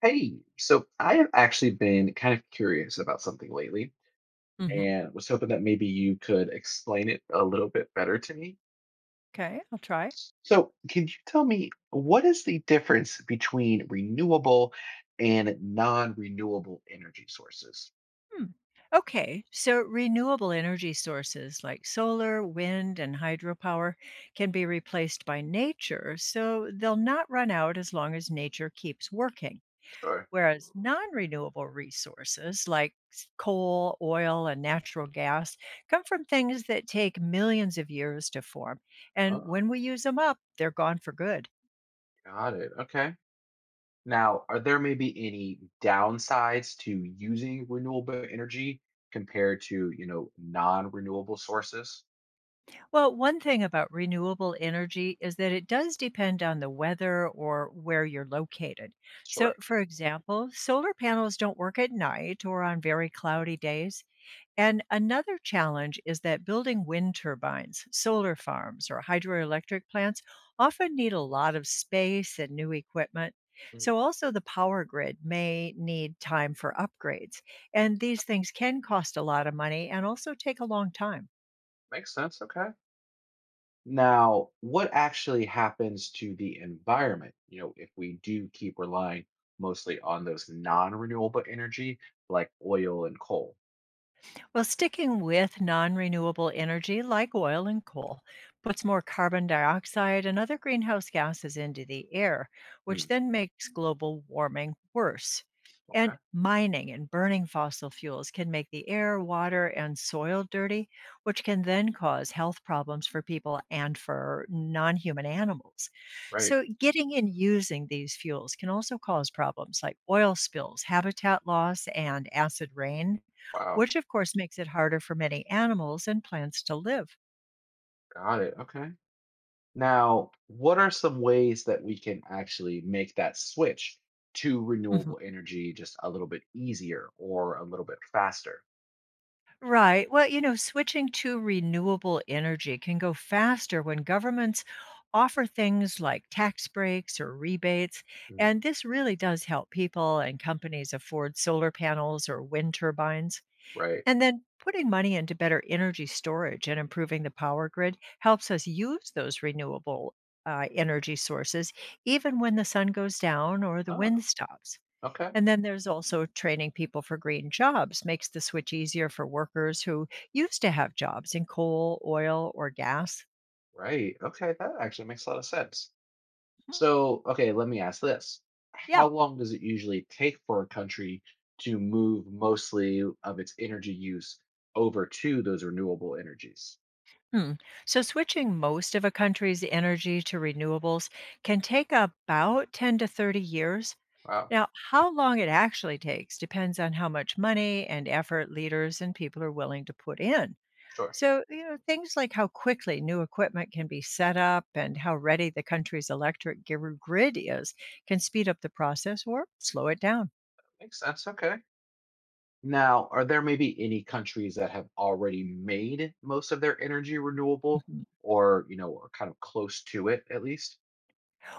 Hey, so I have actually been kind of curious about something lately hmm and was hoping that maybe you could explain it a little bit better to me. Okay, I'll try. So, can you tell me what is the difference between renewable and non renewable energy sources? Hmm. Okay, so renewable energy sources like solar, wind, and hydropower can be replaced by nature, so they'll not run out as long as nature keeps working. Sure. Whereas non renewable resources like coal, oil, and natural gas come from things that take millions of years to form. And Oh, when we use them up, they're gone for good. got it. Okay. Now, are there maybe any downsides to using renewable energy compared to, non renewable sources? Well, one thing about renewable energy is that it does depend on the weather or where you're located. So, Sure. for example, solar panels don't work at night or on very cloudy days. And another challenge is that building wind turbines, solar farms, or hydroelectric plants often need a lot of space and new equipment. Mm. So, also, the power grid may need time for upgrades. And these things can cost a lot of money and also take a long time. Makes sense. Okay. Now, what actually happens to the environment, if we do keep relying mostly on those non-renewable energy like oil and coal? Well, sticking with non renewable energy like oil and coal puts more carbon dioxide and other greenhouse gases into the air, which Hmm, then makes global warming worse. And okay, mining and burning fossil fuels can make the air, water, and soil dirty, which can then cause health problems for people and for non human animals. right. So, getting and using these fuels can also cause problems like oil spills, habitat loss, and acid rain Wow, which of course makes it harder for many animals and plants to live. got it. Okay. Now, what are some ways that we can actually make that switch to hmm renewable energy just a little bit easier or a little bit faster? Right. Well, switching to renewable energy can go faster when governments offer things like tax breaks or rebates. Mm. And this really does help people and companies afford solar panels or wind turbines. Right. And then putting money into better energy storage and improving the power grid helps us use those renewable energy sources, even when the sun goes down or the Oh, wind stops. okay. And then there's also training people for green jobs makes the switch easier for workers who used to have jobs in coal, oil, or gas. Right. Okay, that actually makes a lot of sense. Mhm. So, okay, let me ask this. Yeah. How long does it usually take for a country to move mostly of its energy use over to those renewable energies? Hmm. So switching most of a country's energy to renewables can take about 10 to 30 years. Wow, Now, how long it actually takes depends on how much money and effort leaders and people are willing to put in. sure. So, things like how quickly new equipment can be set up and how ready the country's electric grid is can speed up the process or slow it down. Makes sense. Okay. Now, are there maybe any countries that have already made most of their energy renewable Mhm. or, are kind of close to it at least?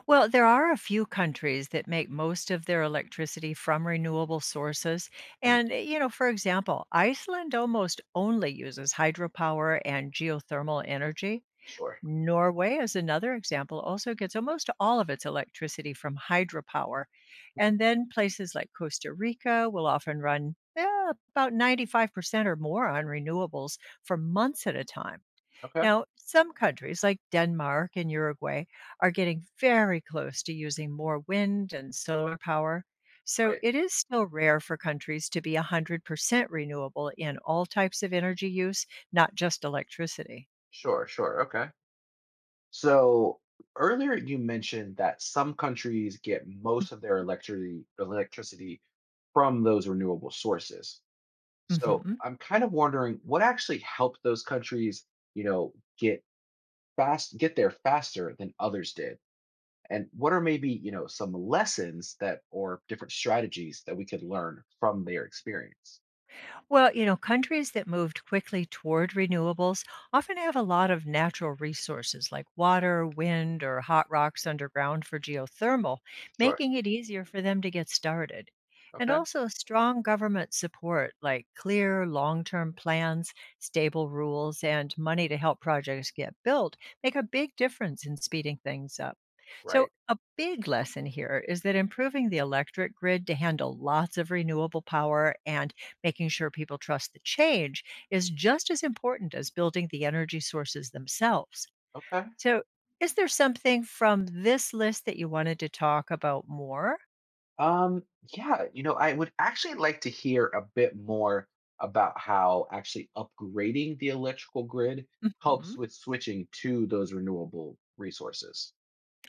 Well, there are a few countries that make most of their electricity from renewable sources. Mm. And, for example, Iceland almost only uses hydropower and geothermal energy. Sure. Norway as another example, also gets almost all of its electricity from hydropower. Mm. And then places like Costa Rica will often run about 95% or more on renewables for months at a time. Okay. Now, some countries like Denmark and Uruguay are getting very close to using more wind and solar power. So Right. it is still rare for countries to be 100% renewable in all types of energy use, not just electricity. Sure, sure. Okay. So earlier you mentioned that some countries get most of their electricity from those renewable sources. So Mhm. I'm kind of wondering what actually helped those countries, get fast get there faster than others did. And what are maybe, some lessons that or different strategies that we could learn from their experience? Well, countries that moved quickly toward renewables often have a lot of natural resources like water, wind, or hot rocks underground for geothermal, Sure. making it easier for them to get started. And Okay. also strong government support like clear long term plans, stable rules, and money to help projects get built make a big difference in speeding things up. So, Right. a big lesson here is that improving the electric grid to handle lots of renewable power and making sure people trust the change is just as important as building the energy sources themselves. Okay. So, is there something from this list that you wanted to talk about more? Um, yeah, I would actually like to hear a bit more about how actually upgrading the electrical grid Mhm. helps with switching to those renewable resources.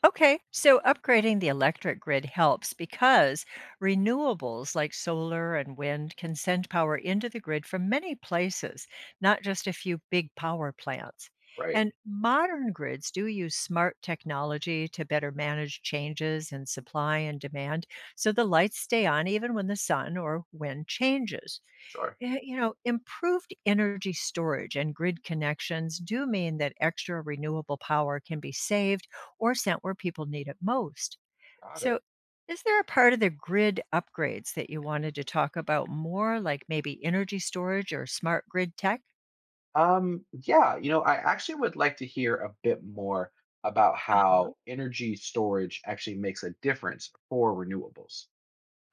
Okay, so upgrading the electric grid helps because renewables like solar and wind can send power into the grid from many places, not just a few big power plants. Right. And modern grids do use smart technology to better manage changes in supply and demand so the lights stay on even when the sun or wind changes. Sure. Yeah, improved energy storage and grid connections do mean that extra renewable power can be saved or sent where people need it most. Got it. So, is there a part of the grid upgrades that you wanted to talk about more, like maybe energy storage or smart grid tech? Yeah, I actually would like to hear a bit more about Uh-huh. how energy storage actually makes a difference for renewables.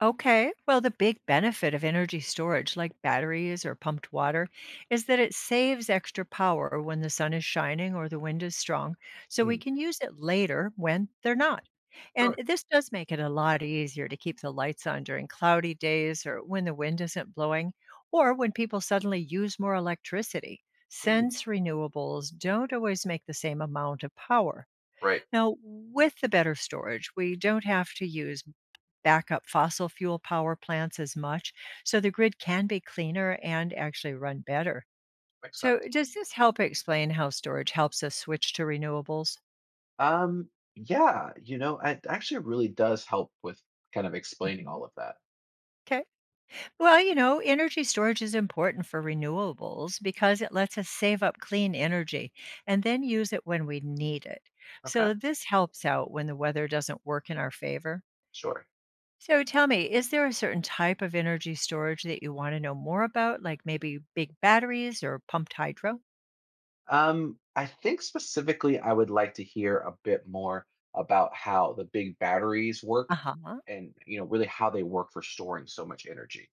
Okay. Well, the big benefit of energy storage, like batteries or pumped water, is that it saves extra power when the sun is shining or the wind is strong, so we Mm, can use it later when they're not. And sure. this does make it a lot easier to keep the lights on during cloudy days or when the wind isn't blowing or when people suddenly use more electricity. Mm, Since renewables don't always make the same amount of power. right. Now, with the better storage, we don't have to use backup fossil fuel power plants as much, so the grid can be cleaner and actually run better. Makes So, sense. does this help explain how storage helps us switch to renewables? Um, yeah, it actually really does help with kind of explaining Mhm. all of that. Okay. Well, energy storage is important for renewables because it lets us save up clean energy and then use it when we need it. Okay, So, this helps out when the weather doesn't work in our favor. sure. So, tell me, is there a certain type of energy storage that you want to know more about, like maybe big batteries or pumped hydro? I think specifically, I would like to hear a bit more about how the big batteries work Uh-huh. and, really how they work for storing so much energy.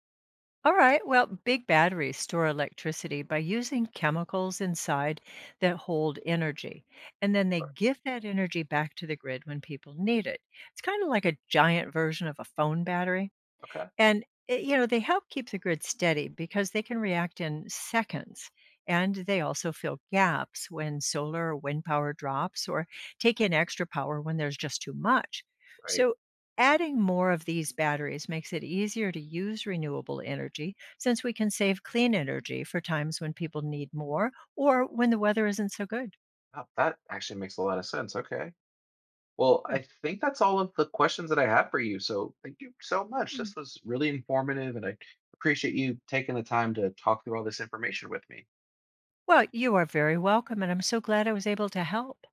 All right. Well, big batteries store electricity by using chemicals inside that hold energy. And then they Sure. give that energy back to the grid when people need it. It's kind of like a giant version of a phone battery. Okay, And, they help keep the grid steady because they can react in seconds. And they also fill gaps when solar or wind power drops or take in extra power when there's just too much. right. So, adding more of these batteries makes it easier to use renewable energy since we can save clean energy for times when people need more or when the weather isn't so good. Oh, that actually makes a lot of sense. Okay. Well, I Good. think that's all of the questions that I have for you. So thank you so much. Mm. This was really informative, and I appreciate you taking the time to talk through all this information with me. Well, you are very welcome. And I'm so glad I was able to help.